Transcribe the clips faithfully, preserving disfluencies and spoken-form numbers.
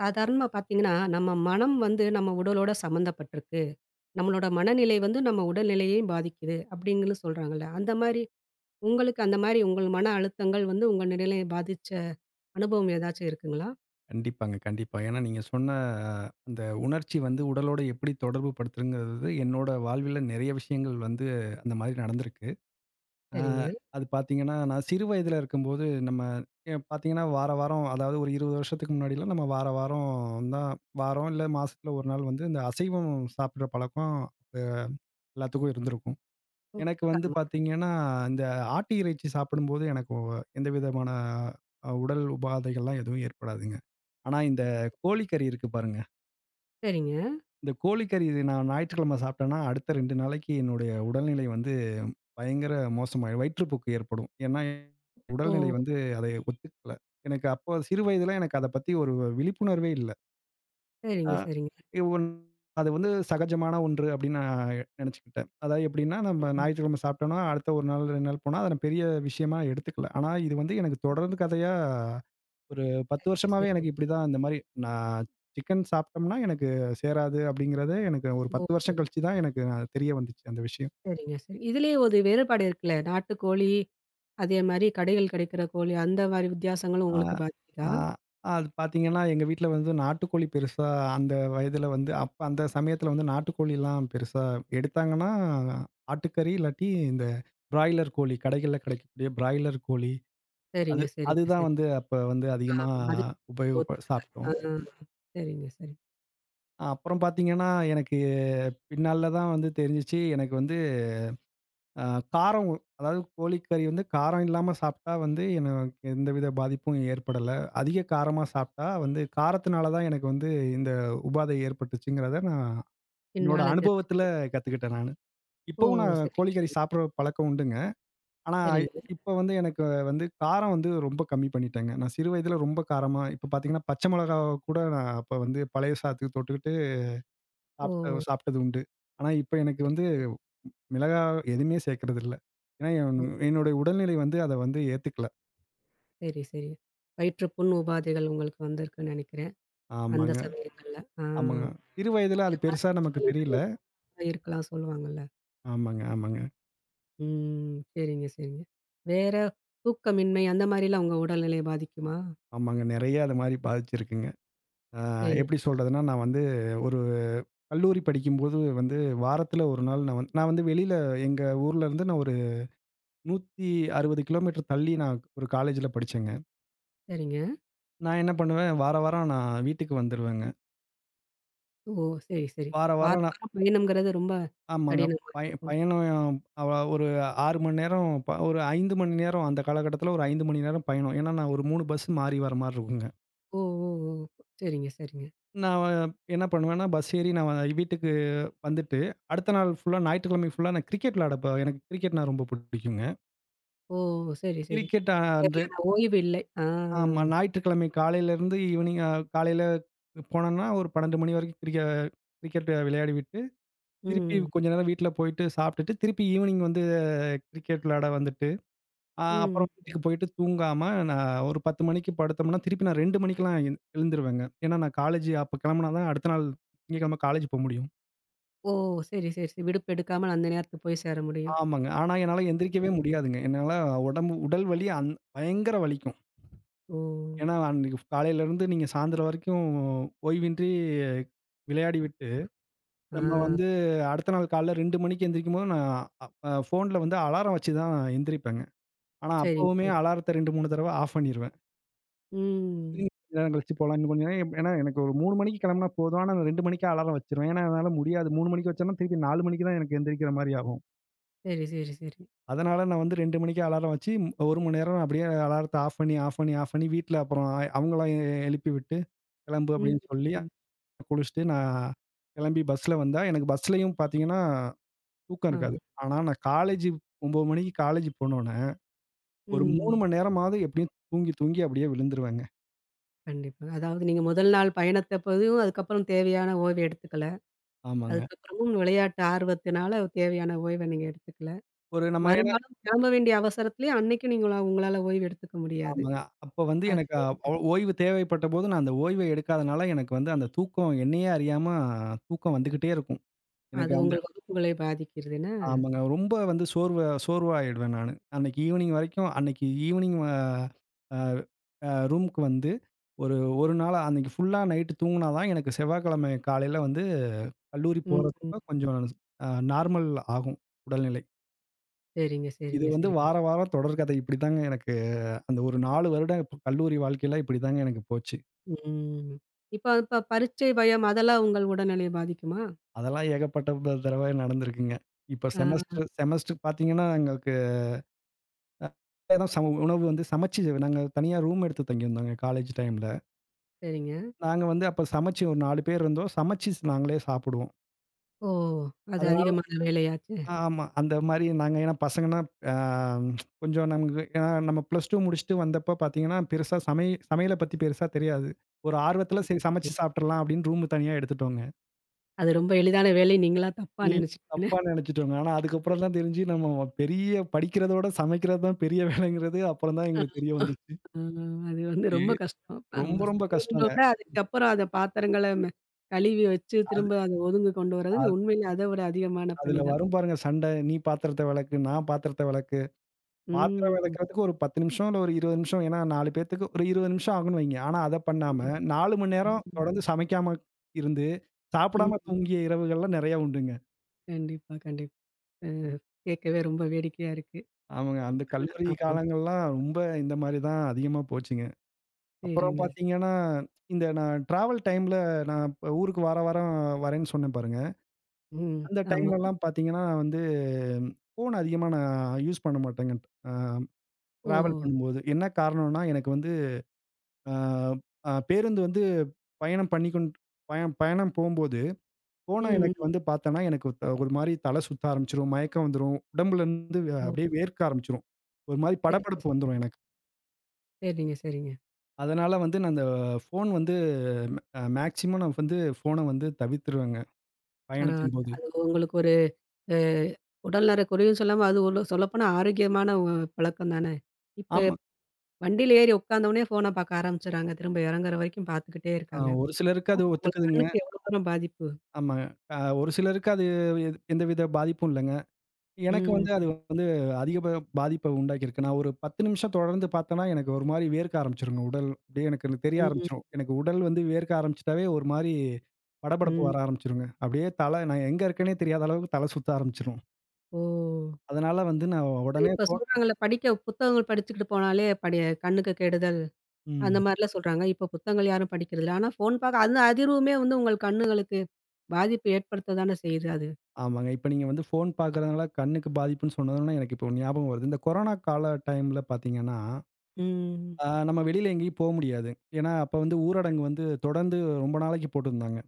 சாதாரணமா பார்த்தீங்கன்னா, நம்ம மனம் வந்து நம்ம உடலோட சம்மந்தப்பட்டிருக்கு. நம்மளோட மனநிலை வந்து நம்ம உடல்நிலையையும் பாதிக்குது அப்டிங்கன்னு சொல்றாங்கல்ல. அந்த மாரி உங்களுக்கு அந்த மாரி உங்கள் மன அழுத்தங்கள் வந்து உங்க நிலைய பாதிச்ச அனுபவம் ஏதாச்சும் இருக்குங்களா? கண்டிப்பாங்க, கண்டிப்பா. ஏன்னா நீங்க சொன்ன, அஹ், அந்த உணர்ச்சி வந்து உடலோட எப்படி தொடர்பு படுத்துறங்கிறது என்னோட வாழ்வில நிறைய விஷயங்கள் வந்து அந்த மாதிரி நடந்திருக்கு. அ சரிங்க. அது பார்த்தீங்கன்னா, நான் சிறு வயதில இருக்கும்போது நம்ம எ பார்த்தீங்கன்னா, வார வாரம், அதாவது ஒரு இருபது வருஷத்துக்கு முன்னாடிலாம் நம்ம வார வாரம் தான் வாரம் இல்ல மாசத்துல ஒரு நாள் வந்து இந்த அசைவம் சாப்பிடுற பழக்கம் அ எல்லாத்துக்கும் இருந்திருக்கும். ஓ! எனக்கு வந்து ஆமா. பார்த்தீங்கன்னா, இந்த ஆட்டு இறைச்சி சாப்பிடும்போது எனக்கு ஒ- எந்த விதமான அ உடல் உபாதைகள்லாம் எதுவும் ஏற்படாதுங்க. ஆனா, இந்த கோழிக்கறி இருக்கு பாருங்க. சரிங்க. இந்த கோழிக்கறி இது நான் ஞாயிற்றுக்கிழமை சாப்பிட்டேன்னா, அடுத்த ரெண்டு நாளைக்கு என்னுடைய உடல்நிலை வந்து பயங்கர மோசமாயிடும். வயிற்றுப்போக்கு ஏற்படும். ஏன்னா, ஓ! உடல்நிலை வந்து அதை ஒத்துக்கல. எனக்கு அப்போ சிறு வயதில எனக்கு அத பத்தி ஒரு விழிப்புணர்வே இல்ல. அ சரிங்க, சரிங்க. அது வந்து சகஜமான ஒன்று அப்படின்னு நான் நினைச்சுக்கிட்டேன். அதாவது எப்படின்னா, நம்ம ம். ஞாயிற்றுக்கிழமை சாப்பிட்டோம்னா, அடுத்த ஒரு நாள், இரண்டு நாள் போனா, அத நான் பெரிய விஷயமா எடுத்துக்கல. ஆனா, இது வந்து எனக்கு தொடர்ந்து கதையா ஒரு பத்து வருஷமாவே சரிங்க. எனக்கு இப்படிதான் இந்த மாரி நான் சிக்கன் சாப்பிட்டோம்னா எனக்கு சேராது அப்படிங்கிறது எனக்கு ஒரு ஓ! பத்து வருஷம் கழிச்சு தான் எனக்கு, நான் தெரிய வந்துச்சு அந்த விஷயம். சரிங்க, சரி. இதுலயே ஒரு வேறுபாடு இருக்குல்ல. நாட்டுக்கோழி, அதே மாரி கடையில் கிடைக்கிற கோழி அந்த மாரி வித்தியாசங்களும் ஆ. உங்களுக்கு ஆ பாதிக்குதா? அது பார்த்தீங்கன்னா, எங்க வீட்ல வந்து நாட்டுக்கோழி பெருசா அந்த வயதில வந்து அப்ப அந்த சமயத்தில வந்து நாட்டுக்கோழிலாம் பெருசா எடுத்தாங்கன்னா, ஆட்டுக்கறி இல்லாட்டி இந்த பிராய்லர் கோழி, கடைகள்ல கிடைக்கக்கூடிய பிராய்லர் கோழி அது சரிங்க, சரிங்க, அதுதான் சரி. வந்து அப்ப வந்து அதிகமா ஆமா. அது உங்களுக்கு உபயோகப்ப ஒத்துக்கல. ஆ சாப்பிட்டோம். சரிங்க, சரி. அப்புறம் பார்த்தீங்கன்னா, எனக்கு பின்னால தான் வந்து தெரிஞ்சுச்சு எனக்கு வந்து அ காரம், அதாவது கோழிக்கறி வந்து காரம் இல்லாம சாப்பிட்டா வந்து எனக்கு எந்தவித பாதிப்பும் ஏற்படல. அதிக காரமா சாப்பிட்டா வந்து காரத்தினால தான் எனக்கு வந்து இந்த உபாதை ஏற்பட்டுச்சுங்கிறத நான் என்னோட பின்னால தெரிஞ்சு அனுபவத்தில கத்துக்கிட்டேன் நானு. ஓ! இப்பவும் நான் சரிங்க, கோழிக்கறி சரி. சாப்பிடுற பழக்கம் உண்டுங்க. ஆனா சரிங்க. இப்ப வந்து எனக்கு வந்து காரம் வந்து ரொம்ப கம்மி பண்ணிட்டேங்க. நான் சிறு வயதில ரொம்ப காரமா, இப்ப பார்த்தீங்கன்னா, பச்சை மிளகாவ கூட நான் அப்ப வந்து பழைய சாதத்துக்கு தொட்டுக்கிட்டு ஓ! சாப்பிட்ட சாப்பிட்டது உண்டு. ஆனா இப்ப எனக்கு சரி, வந்து சரி. மிளகா எதுவுமே சேர்க்கறதில்ல. ஏன்னா என் ஓ! என்னுடைய உடல்நிலை வந்து அத வந்து ஏத்துக்கல. சரி, சரி. வயிற்றுப்புண் உபாதைகள் உங்களுக்கு வந்திருக்குன்னு நெனைக்கிறேன். அந்த ஆமாங்க, சமயங்கள்ல. ஆ ஆமாங்க. சிறு வயதில அது அதிகமான பெருசா வயிற்று நமக்கு தெரியல. வலினால இப்படி இருக்கலாம் சொல்லுவாங்கல்ல. ஆமாங்க, ஆமாங்க, ம். சரிங்க, சரிங்க. வேற தூக்கமின்மை அந்த மாரிலாம் உங்க உடல்நிலைய பாதிக்குமா? ஆமாங்க. நெறைய அது மாரி பாதிச்சிருக்குங்க. ஆ எப்படி சரிங்க, சொல்றதுன்னா, நான் வந்து ஒரு கல்லூரி படிக்கும்போது வந்து வாரத்தில ஒரு நாள் நான் வந்து நான் வந்து வெளியில எங்க ஊர்லருந்து நான் ஒரு நூற்று அறுபது கிலோமீட்டர் தள்ளி நான் ஒரு காலேஜ்ல படிச்சேங்க. சரிங்க. நான் என்ன பண்ணுவேன், வார வாரம் நான் வீட்டுக்கு வந்துருவேங்க. ஓ! சரி, சரி. வார வார வாரம் நான் வாரம் பயணம்ங்கிறது ரொம்ப ஆமாங்க. கடினமா பய இருக்கும். பயணம் அவ ஒரு ஆறு மணி நேரம், ப ஒரு ஐந்து மணி நேரம், அந்த காலகட்டத்தில ஒரு ஐந்து மணி நேரம் பயணம். ஏன்னா, நான் ஒரு மூணு பஸ் மாறி வர மாரி இருக்குங்க. ஓ! ஓ! ஓ! சரிங்க, சரிங்க. நான் என்ன பண்ணுவேன்னா, பஸ் ஏறி நான் வந்து வீட்டுக்கு வந்துட்டு, அடுத்த நாள் ஃபுல்லா, ஞாயிற்றுக்கிழமை ஃபுல்லா நான் கிரிக்கெட் விளையாட போ எனக்கு கிரிக்கெட்னா ரொம்ப பிடிக்குங்க. ஓ! சரி, சரி. கிரிக்கெட் அன்று சரியான ஓய்வு இல்லை. ஆ. ஆமா, ஞாயிற்றுக்கிழமை காலையிலேருந்து ஈவினிங், அ காலையில போனேன்னா, ஒரு பன்னெண்டு மணி வரைக்கும் கிரிக்க கிரிக்கெட் விளையாடி விட்டு, திருப்பி ம். கொஞ்ச நேரம் வீட்ல போயிட்டு சாப்பிட்டுட்டு, திருப்பி ஈவினிங் வந்து கிரிக்கெட் விளையாட வந்துட்டு, ஆ ம். அப்புறம் வீட்டுக்கு போயிட்டு தூங்காம நான் ஒரு பத்து மணிக்கு படுத்தோம்னா, திருப்பி நான் ரெண்டு மணிக்கெல்லாம் எழுந் எழுந்துருவேங்க. ஏன்னா, நான் காலேஜ் அப்ப கெளம்புனா தான் அடுத்த நாள் திங்கட்கிழமை காலேஜ் போ முடியும். ஓ! சரி, சரி, சரி. விடுப்பு எடுக்காமல் அந்த நேரத்துக்கு போய் சேர முடியும். ஆமாங்க. ஆனா என்னால எந்திரிக்கவே முடியாதுங்க. என்னால உடம்பு உடல் வலி, அந் பயங்கர வலிக்கும். ஓ! ஏன்னா, அன்னைக்கு காலையிலருந்து நீங்க சாயந்தரம் வரைக்கும் ஓய்வின்றி விளையாடி விட்டு, ஆ. நம்ம வந்து அடுத்த நாள் காலைல ரெண்டு மணிக்கு எந்திரிக்கும்போது நான் அ ஃபோன்ல வந்து அலாரம் வச்சு தான் எந்திரிப்பேங்க. ஆனா, சரிங்க, அப்பவுமே சரி. அலாரத்த ரெண்டு, மூணு தடவ ஆஃப் பண்ணிருவேன். ம். கொஞ்ச நேரம் கழிச்சு போலாம். இன்னும் கொஞ்ச நேரம். ஏன்னா எனக்கு ஒரு மூணு மணிக்கு கிளம்புனா போதும். ஆனா நான் ரெண்டு மணிக்கே அலாரம் வச்சுருவேன். ஏன்னா என்னால முடியாது. மூணு மணிக்கு வச்சேன்னா, திருப்பி நாலு மணிக்கு தான் எனக்கு எந்திரிக்கிற மாரி ஆகும். சரி, சரி, சரி. அதனால நான் வந்து ரெண்டு மணிக்கே அலாரம் வச்சு ஒரு மணி நேரம் நான் அப்படியே அலாரத்த ஆஃப் பண்ணி, ஆஃப் பண்ணி, ஆஃப் பண்ணி, வீட்ல அப்புறம் அவங்கள எழுப்பி விட்டு, கிளம்பு ம். அப்படின்னு சொல்லி, ம். குளிச்சுட்டு நான் கிளம்பி பஸ்ல வந்தா, எனக்கு பஸ்லயும் பார்த்தீங்கன்னா தூக்கம் இருக்காது. ஆ. ஆனா நான் காலேஜ் ஒன்பது மணிக்கு காலேஜ் போனோனே, ஒரு ம். மூணு மணி நேரமாவது எப்படியும் தூங்கி, தூங்கி அப்படியே விழுந்துருவேங்க. கண்டிப்பா. அதாவது நீங்க முதல் நாள் பயணத்த போதும், அதுக்கப்புறம் தேவையான ஓய்வு எடுத்துக்கல. ஆமாங்க. அதுக்கப்புறமும் விளையாட்டு ஆர்வத்தினால தேவையான ஓய்வ நீங்க எடுத்துக்கல. ஒரு நம்ம மறுநாளும் கிளம்ப வேண்டிய அவசரத்திலயும் அன்னைக்கும் நீங்களா உங்களால ஓய்வு எடுத்துக்க முடியாது. ஆமாங்க. அப்ப வந்து அது எனக்கு அ ஓய்வு தேவைப்பட்டபோது, நான் அந்த ஓய்வ எடுக்காதனால, எனக்கு வந்து அந்த தூக்கம் என்னையே அறியாம தூக்கம் வந்துகிட்டே இருக்கும். அது எனக்கு அந்த உங்கள் வகுப்புகளை பாதிக்குது என்ன? ஆமாங்க. ரொம்ப வந்து சோர்வா சோர்வாயிடுவேன் நானு. அன்னைக்கு ஈவினிங் வரைக்கும் அன்னைக்கு ஈவினிங், அ அ அ ரூம்க்கு வந்து ஒரு 1 நாளா அன்னைக்கு ஃபுல்லா நைட்டு தூங்குனா தான் எனக்கு செவ்வாய்க்கிழமை காலையில வந்து கல்லூரி ம். ம். போறப்ப கொஞ்சம் அ நார்மல் ஆகும் உடல்நிலை. சரிங்க, இது சரிங்க, வந்து சரி. வார வாரம் தொடர்கதை. இப்படித்தாங்க எனக்கு அந்த ஒரு நாலு வருட கல்லூரி வாழ்க்கையில இப்படித்தாங்க எனக்கு போச்சு. ம். இப்ப இப்ப பரீட்சை பயம் அதெல்லாம் உங்கள் உடல்நிலையை பாதிக்குமா? அதெல்லாம் ஏகப்பட்ட ப தடவ நடந்திருக்குங்க. இப்ப ஆ செமஸ்டர் செமஸ்டர் பார்த்தீங்கன்னா, எங்களுக்கு அ சம உணவு வந்து சமைச்சு நாங்க தனியா ரூம் எடுத்து தங்கியிருந்தோங்க காலேஜ் டைம்ல. சரிங்க. நாங்க வந்து அப்ப சமைச்சு ஒரு நாலு பேர் இருந்தோம். சமைச்சு நாங்களே சாப்பிடுவோம். ஓ! அது அதனால அதிகமான வேலையாச்சே. ஆமா. அந்த மாரி நாங்க, ஏன்னா பசங்கன்னா அ கொஞ்சம் நமக்கு, ஏன்னா நம்ம ப்ளஸ் இரண்டு முடிச்சுட்டு வந்தப்ப பார்த்தீங்கன்னா, பெருசா சமை சமையல பத்தி பெருசா தெரியாது. ஒரு ஆர்வத்தில சரி சமைச்சு சாப்பிட்டுறலாம் அப்படின்னு ரூம் தனியா எடுத்துட்டோங்க. அது ரொம்ப எளிதான வேலை நீங்களா தப்பா நீ நெனச்சுட்டீங்க. தப்பா நெனச்சுட்டோங்க. ஆனா அதுக்கப்புறம் தான் தெரிஞ்சு நம்ம பெரிய, படிக்கிறதோட சமைக்கிறது தான் பெரிய வேலைங்கிறது அப்புறம் தான் எங்களுக்கு தெரிய வந்துச்சு. ஆ அது வந்து ஏ ரொம்ப கஷ்டம். ரொம்ப ஆமா. ரொம்ப சமையல்ல கஷ்டங்க. விட அதுக்கப்புறம் அத பாத்திரங்கள ம கழுவி வச்சு அது திரும்ப அத ஒதுங்க கொண்டு வர்றது அது உண்மையில அத விட அதிகமான அதுல பணிதான். வரும் பாருங்க சண்டை. நீ பாத்திரத்த வெளக்கு, நான் பாத்திரத்த வெளக்கு. பாத்திரம் ம். வெளக்குறதுக்கு ஒரு பத்து நிமிஷம் இல்ல ஒரு இருபது நிமிஷம். ஏன்னா நாலு பேத்துக்கு ஒரு இருபது நிமிஷம் ஆகும்ன்னு வைங்க. ஆனா அத பண்ணாம கண்டிப்பா. நாலு மணி நேரம் ம். தொடர்ந்து சமைக்காம இருந்து, சாப்பிடாம ம். தூங்கிய இரவுகள்லாம் நெறைய உண்டுங்க. கண்டிப்பா, கண்டிப்பா. அ கேட்கவே ரொம்ப வேடிக்கையா இருக்கு. ஆமாங்க. அந்த கல்லூரி ஆமா. காலங்கள்லாம் ரொம்ப இந்த மாரி தான் அதிகமா போச்சுங்க. அப்புறம் சரிங்க. பார்த்தீங்கன்னா, இந்த நான் ட்ராவல் டைம்ல நான் இப்ப ஊருக்கு வார வாரம் வரேன்னு சொன்னேன் பாருங்க. ம். அந்த ஆமா. டைம்லலாம் பார்த்தீங்கன்னா, வந்து ஃபோன் அதிகமா நான் யூஸ் பண்ண மாட்டேங்க. அ ஓ! ட்ராவல் பண்ணும்போது. என்ன காரணம்னா, எனக்கு வந்து அ அ பேருந்து வந்து பயணம் பண்ணிக்கொண் பய பயணம் போம்போது, ஃபோன ம். எனக்கு வந்து பார்த்தேன்னா, எனக்கு த ஒரு மாரி தல சுத்த ஆரம்பிச்சுரும், மயக்கம் வந்துரும், உடம்புலருந்து ம். ஓ அப்படியே வேர்க்க ஆரம்பிச்சுரும். ஒரு மாரி படபடப்பு சரிங்க, வந்துரும் எனக்கு. சரிங்க, சரிங்க. அதனால வந்து நான் அந்த ஃபோன் வந்து அ மேக்ஸிமம் நான் வந்து ஃபோன வந்து தவிர்த்துருவேங்க, பரவால்ல. பயணத்தின்போது. அது உங்களுக்கு ஒரு அ உடல்நல குறையும் சொல்லாம, அது ஒரு சொல்லப்போனா ஆரோக்கியமான ஒ பழக்கம் தானே. இப்ப ஆமா. வண்டியில ஏறி உட்காந்தவுனே ஃபோன பார்க்க ஆரம்பிச்சுடுறாங்க. திரும்ப இறங்குற வரைக்கும் பார்த்துக்கிட்டே அ இருக்காங்க. ஒரு சிலருக்கு அது அது அவங்க ஒத்துக்குதுங்க. கண்ணுக்கு எவ்வளோ தூரம் பாதிப்பு. ஆமா. அ ஒரு சிலருக்கு அது எ எந்தவித பாதிப்பும் இல்லங்க. எனக்கு ம், வந்து அது வந்து அதிக ப பாதிப்ப உண்டாக்கியிருக்கு. நான் ஒரு பத்து நிமிஷம் தொடர்ந்து பார்த்தேன்னா, எனக்கு ஒரு மாரி வேர்க்க ஆரம்பிச்சுருங்க உடல். அப்படியே எனக்கு தெரிய ம், ஆரம்பிச்சுரும். எனக்கு உடல் வந்து வேர்க்க ஆரம்பிச்சுட்டாவே ஒரு மாரி படபடப்பு ம். வர ஆரம்பிச்சுருங்க. அப்படியே தல, நான் எங்க இருக்கேன்னே தெரியாத அளவுக்கு தல சுத்த ஆரம்பிச்சுரும். ஓ! அதனால வந்து நான் உடனே இப்ப ஃபோன். சொல்றாங்கல்ல, படிக்க புத்தகங்கள் படிச்சுக்கிட்டு போனாலே படி கண்ணுக்கு கெடுதல் அந்த ம். மாரிலாம் சொல்றாங்க. இப்ப புத்தகங்கள் யாரும் படிக்கிறதில்ல. ஆனா ஃபோன் பார்க்க அந்த அதிர்வுமே வந்து உங்கள் கண்ணுகளுக்கு பாதிப்பு ஏற்படுத்த தானே செய்யுது அது. ஆமாங்க. இப்ப நீங்க வந்து ஃபோன் பார்க்கறதுனால கண்ணுக்கு பாதிப்புன்னு சொன்னதுனால எனக்கு இப்போ ஞாபகம் வருது. இந்த கொரோனா கால டைம்ல பார்த்தீங்கன்னா, ம். ஆ நம்ம வெளியில எங்கேயும் போ முடியாது. ஏன்னா, அப்ப வந்து ஊரடங்கு வந்து தொடர்ந்து ரொம்ப நாளைக்கு போட்டிருந்தாங்க.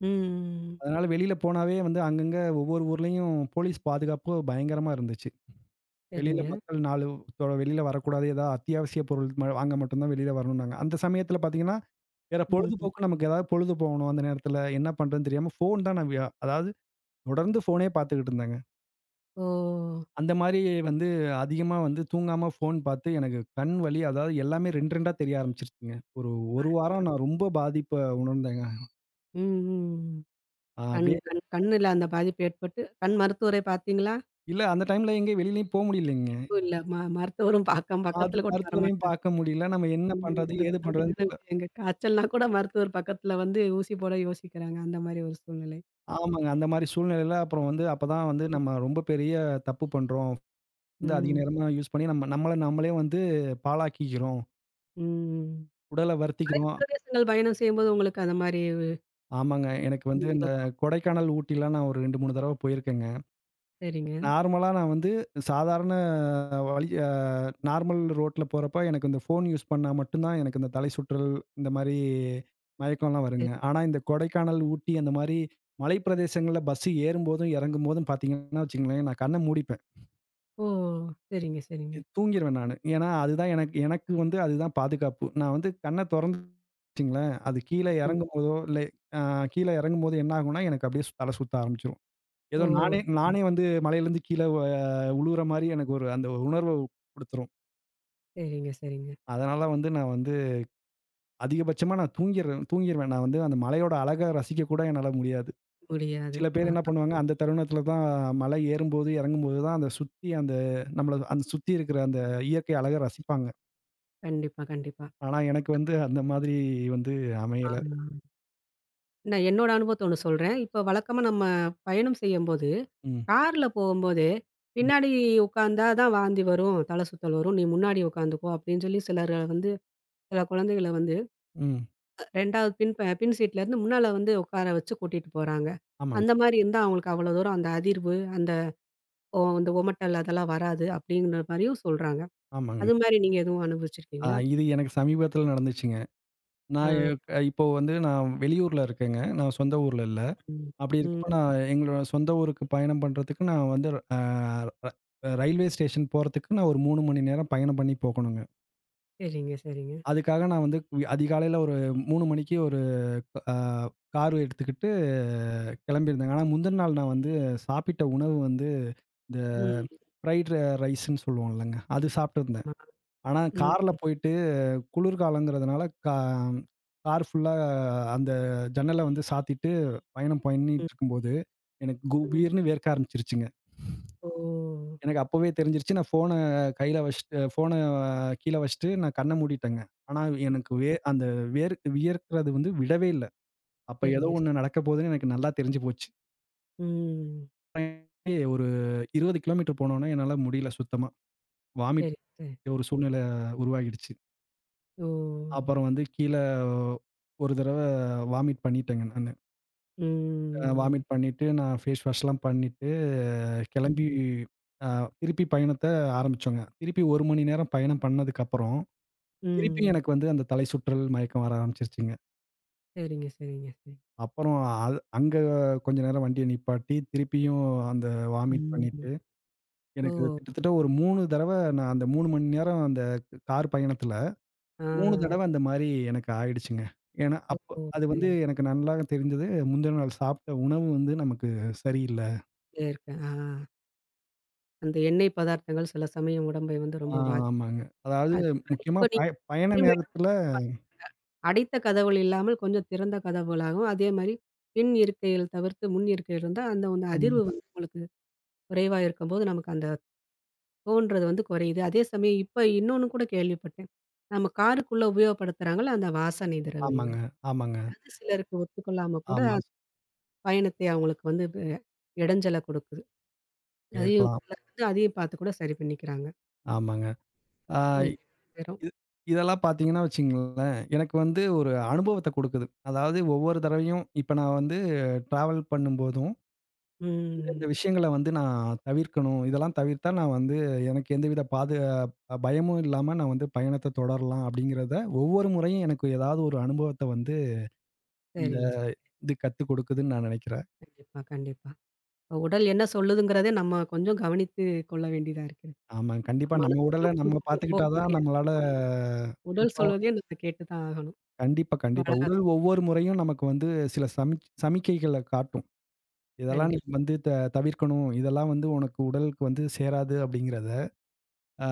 ம். அதனால வெளியில போனாவே வந்து அங்கங்க ஒவ்வொரு ஊர்லயும் போலீஸ் பாதுகாப்பு பயங்கரமா இருந்துச்சு. வெளியில சரிங்க. மக்கள் நாலு தொ வெளியில வரக்கூடாது. ஏதாவது அத்தியாவசிய பொருள் ம வாங்க மட்டும் தான் வெளியில வரணும்னாங்க. அந்த சமயத்தில பார்த்தீங்கன்னா, வேற ம். பொழுதுபோக்கு நமக்கு, ஏதாவது பொழுது போகணும் அந்த நேரத்தில என்ன பண்றதுன்னு தெரியாம ஃபோன் தான் நான் வி அதாவது தொடர்ந்து ஃபோனே பார்த்துக்கிட்டு இருந்தேங்க. ஓ! அந்த மாரி வந்து அதிகமா வந்து தூங்காம ஃபோன் பார்த்து எனக்கு கண் வலி, அதாவது எல்லாமே ரெண்டு, ரெண்டு தெரிய ஆரம்பிச்சுருச்சுங்க. ஒரு 1 வாரம் நான் ரொம்ப பாதிப்ப உணர்ந்தேங்க. ம், ம். அ கண் அப்படியே கண் கண்ணுல அந்த பாதிப்பு ஏற்பட்டு, கண் மருத்துவரை பார்த்தீங்களா? இல்ல, அந்த டைம்ல எங்கேயும் வெளியிலயும் போ முடியலைங்க. ஓ! இல்ல ம மருத்துவரும் பக்கம் அது பக்கத்துல கூட மருத்துவரையும் வரமாட்டாங்க. பார்க்க முடியல. நம்ம என்ன ஐயோ! பண்றது? அது ஏது பண்றதுன்னு கொடுமையான தெரியல. விஷயங்க. காய்ச்சல்னா கூட மருத்துவர் பக்கத்துல வந்து ஊசி போட யோசிக்கிறாங்க. அந்த மாரி ஒரு சூழ்நிலை. ஆமாங்க. அந்த மாரி சூழ்நிலையில அப்புறம் வந்து அப்பதான் வந்து நம்ம ரொம்ப பெரிய தப்பு பண்றோம். வந்து அதிக ம். நேரமா யூஸ் பண்ணி நம்ம நம்மள நம்மளே வந்து பாழாக்கிக்கிறோம். ம். உடல மலை வருத்திக்கிறோம். பிரதேசங்கள் பயணம் செய்யும்போது உங்களுக்கு அந்த மாரி ஆமாங்க. எனக்கு வந்து இந்த வருமா? கொடைக்கானல், ஊட்டிலாம் நான் ஒரு ரெண்டு, மூணு தடவ போயிருக்கேங்க. சரிங்க. நார்மலா நான் வந்து சாதாரண வழி அ நார்மல் ரோட்ல போறப்ப எனக்கு இந்த ஃபோன் யூஸ் பண்ணா மட்டும் தான் எனக்கு இந்த தலை சுற்றல், இந்த மாரி மயக்கம்லாம் சரி. வருங்க. ஆனா, இந்த கொடைக்கானல், ஊட்டி அந்த மாரி மலை பிரதேசங்கள்ல பஸ் ஏறும்போதும், இறங்கும்போதும் பார்த்தீங்கன்னா வச்சுக்கங்களேன், நான் கண்ண மூடிப்பேன். ஓ! சரிங்க, சரிங்க. தூங்கிருவேன் நானு. ஏன்னா, அதுதான் எனக்கு எனக்கு வந்து அதுதான் பாதுகாப்பு. நான் வந்து கண்ண தொறந்து வச்சுக்கங்களேன், அது கீழ ம். இறங்கும்போதோ, இல்ல அ கீழ இறங்கும்போது என்ன ஆகும்னா, எனக்கு அப்படியே தல சுத்த ஆரம்பிச்சுரும். ஏதோ ஓ! நானே நானே வந்து மலையிலேருந்து கீழ வ உழுவுற மாரி எனக்கு ஒரு அந்த உணர்வ குடுத்துரும். சரிங்க, சரிங்க. அதனால வந்து நான் வந்து அதிகபட்சமா நான் தூங்கிர்றேன் தூங்கிருவேன். நான் வந்து அந்த மலையோட அழக ரசிக்க கூட என்னால முடியாது. முடியாது. சில பேர் என்ன ஆஹா. பண்ணுவாங்க, அந்த தருணத்தில தான் மலை ஏறும்போது, இறங்கும்போது தான் அந்த சுத்தி அந்த நம்மள அந்த சுத்தி இருக்கிற அந்த இயற்கை அழக ரசிப்பாங்க. கண்டிப்பா, கண்டிப்பா. ஆனா எனக்கு வந்து அந்த மாதிரி வந்து அமையல. ஆமா. நான் என்னோட அனுபவத்த ஒண்ணு சொல்றேன். இப்ப வழக்கமா நம்ம பயணம் செய்யும்போது, ம், கார்ல போகும்போது, ம், பின்னாடி உட்கார்ந்தா தான் வாந்தி வரும், தலை சுத்தல் வரும். நீ முன்னாடி உட்காந்துக்கோ அப்படின்னு சொல்லி சிலர் வந்து சில குழந்தைகள வந்து ம். ரெண்டாவது பின் ப பின் சீட்ல இருந்து முன்னால வந்து உட்கார வச்சு கூட்டிட்டு போறாங்க. ஆமாங்க, அந்த மாரி இருந்தா அவங்களுக்கு அவ்வளோ தூரம் அந்த அதிர்வு, அந்த ஒ அந்த ஒமட்டல் அதெல்லாம் வராது அப்படிங்கிற மாரியும் சொல்றாங்க. ஆமாங்க. அது மாரி நீங்க எதுவும் ஆ அனுபவிச்சிருக்கீங்களா? இது எனக்கு சமீபத்தில நடந்துச்சுங்க. ஆ. நான் எ இப்போ வந்து நான் வெளியூர்ல இருக்கேங்க. நான் சொந்த ஊர்ல இல்ல. ம். அப்படி ம். இருக்கப்ப நான் எங்களோட சொந்த ஊருக்கு பயணம் பண்றதுக்கு நான் வந்து அ ர ரயில்வே ஸ்டேஷன் போறதுக்கு நான் ஒரு மூணு மணி நேரம் பயணம் பண்ணி போகணுங்க. சரிங்க, சரிங்க. அதுக்காக நான் வந்து வி- அதிகாலையில ஒரு மூணு மணிக்கு ஒரு அ கார் எடுத்துக்கிட்டு கிளம்பியிருந்தேங்க. ஆனா முந்தின நாள் நான் வந்து சாப்பிட்ட உணவு வந்து இந்த ம். ஃப்ரைட் ரைஸ்ன்னு சொல்லுவோம் இல்லங்க. அது சாப்பிட்டுருந்தேன். ஆமா. ஆனா, ம். கார்ல போயிட்டு, குளிர்காலங்கிறதுனால கா கார் ஃபுல்லா அந்த ஜன்னல வந்து சாத்திட்டு பயணம் ம். பண்ணிட்டுருக்கும்போது, எனக்கு ம். குபீர்ன்னு வேர்க்க ஆரம்பிச்சுருச்சுங்க. ஓ! எனக்கு அப்பவே தெரிஞ்சிருச்சு. நான் ஃபோன கையில வச்சுட்டு, ஃபோன கீழ வச்சுட்டு நான் கண்ண மூடிட்டேங்க. ஆனா, எனக்கு வே அந்த வேர் வியர்க்கிறது வந்து விடவே இல்ல. அப்ப ஏதோ சரிங்க. ஒண்ணு நடக்க போதுன்னு எனக்கு நல்லா தெரிஞ்சு போச்சு. ம். ஏய், ஒரு இருபது கிலோமீட்டர் போனோனே என்னால முடியல சுத்தமா. வாமிட் சரி, சரி. ஒரு சூழ்நிலை உருவாகிடுச்சு. ஓ! அப்புறம் வந்து கீழ ஒரு தடவ வாமிட் பண்ணிட்டேங்க நானு. அ ம். வாமிட் பண்ணிட்டு, நான் ஃபேஸ் வாஷ்லாம் பண்ணிட்டு, கிளம்பி ம். அ திருப்பி பயணத்த ஆரம்பிச்சோங்க. திருப்பி ஒரு மணி நேரம் பயணம் பண்ணதுக்கப்புறம், திருப்பி ம். எனக்கு வந்து அந்த தலை சுற்றல், மயக்கம் வர ஆரம்பிச்சிருச்சுங்க. சரிங்க, சரிங்க, சரி. அப்புறம் அது அங்க கொஞ்ச நேரம் வண்டிய நிப்பாட்டி, திருப்பியும் அந்த வாமிட் ம். பண்ணிட்டு, ஓ! எனக்கு கிட்டத்தட்ட ஒரு மூணு தடவ நான் அந்த மூணு மணி நேரம் அந்த கார் பயணத்துல ஆ. மூணு தடவ அந்த மாரி எனக்கு ஆயிடுச்சுங்க. ஏன்னா, ஓ! அப்ப அது வந்து சரிங்க. எனக்கு நல்லா தெரிஞ்சது. முந்தின நாள் சாப்பிட்ட உணவு வந்து நமக்கு சரியில்ல. இங்கயே இருக்கேன். ஆ. அந்த எண்ணெய் பதார்த்தங்கள் சில சமயம் உடம்பை வந்து ஆ ரொம்ப பாதிக்கும். ஆமாங்க. அதாவது அதே மாரி முக்கியமா இப்ப நீங்க பய பயண நேரத்துல. அடைத்த கதவுகள் இல்லாமல் கொஞ்சம் திறந்த கதவுகளாகவும், அதே மாரி பின் இருக்கைகள் தவிர்த்து முன் இருக்கைகள் இருந்தா, அந்த அந்த ம். அதிர்வு வந்து உங்களுக்கு குறைவா இருக்கும்போது, நமக்கு அந்த ஓன்றது வந்து குறையுது. அதே சமயம் இப்ப இன்னொன்னு கூட கேள்விப்பட்டேன். நம்ம காருக்குள்ள உபயோகப்படுத்துறாங்கள்ல அந்த வாசனை ஆமாங்க, திரவியங்கள். ஆமாங்க, அது சிலருக்கு ஒத்துக்கொள்ளாம கூட ஆமா. அந்த பயணத்தை அவங்களுக்கு வந்து ப இடைஞ்சல கொடுக்குது. அதையும் இருக்கலாம். சிலர் வந்து அதையும் பார்த்து கூட சரி பண்ணிக்கிறாங்க. ஆமாங்க. ஆ நீங்க வெறும் இது இதெல்லாம் பார்த்தீங்கன்னா வச்சுக்கங்களேன், எனக்கு வந்து ஒரு அனுபவத்த குடுக்குது. அதாவது ஒவ்வொரு தடவையும் இப்ப நான் வந்து ட்ராவல் பண்ணும்போதும் இந்த இந்த ம். விஷயங்கள வந்து நான் தவிர்க்கணும். இதெல்லாம் தவிர்த்தா நான் வந்து எனக்கு எந்தவித பாது அ பயமும் இல்லாம நான் வந்து பயணத்த தொடரலாம் அப்படிங்கிறத ஒவ்வொரு முறையும் எனக்கு, ஏதாவது ஒரு அனுபவத்த வந்து இந்த சரிங்க, சரி. இது கத்துக் கொடுக்குதுன்னு நான் நெனைக்கிறேன். கண்டிப்பா, கண்டிப்பா. இப்ப உடல் என்ன சொல்லுதுங்கிறதே நம்ம கொஞ்சம் கவனித்து கொள்ள வேண்டியதா இருக்கு. ஆமா. கண்டிப்பா நம்ம மனம் உடல நம்ம மனப்போக்குல போக பாத்துக்கிட்டா தான் முடியாது. நம்மளால உடல் சிறப்பா சொல்வதையும் நம்ம கேட்டு தான் ஆகணும். கண்டிப்பா, ரொம்ப கண்டிப்பா. அழகா உடல் சொன்னீங்க. ஒவ்வொரு முறையும் நமக்கு வந்து சில சமிக் சமிக்கைகள காட்டும். இதெல்லாம் நீ கண்டிப்பா, வந்து த தவிர்க்கணும். இதெல்லாம் வந்து உனக்கு உடலுக்கு வந்து சேராது அப்படிங்கிறத. அ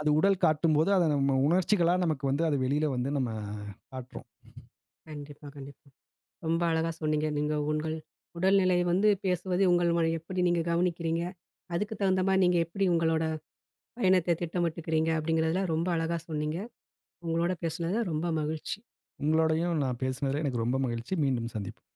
அது உடல் காட்டும்போது, அத நம்ம உணர்ச்சிகளா நமக்கு வந்து அது வெளியில வந்து நம்ம காட்டுறோம். கண்டிப்பா, கண்டிப்பா. ரொம்ப அழகா சொன்னீங்க. நீங்க உங்கள் உடல்நிலை வந்து பேசுவது உங்கள் ம எப்படி நீங்க கவனிக்கிறீங்க? அதுக்கு தகுந்த மாரி நீங்க எப்படி உங்களோட பயணத்த திட்டமிட்டுக்கிறீங்க? அப்படிங்கிறதுல ரொம்ப அழகா சொன்னீங்க. உங்களோட பேசுனது ரொம்ப மகிழ்ச்சி. உங்களோடையும் நான் பேசினதுல எனக்கு ரொம்ப மகிழ்ச்சி. மீண்டும் சந்திப்போம்.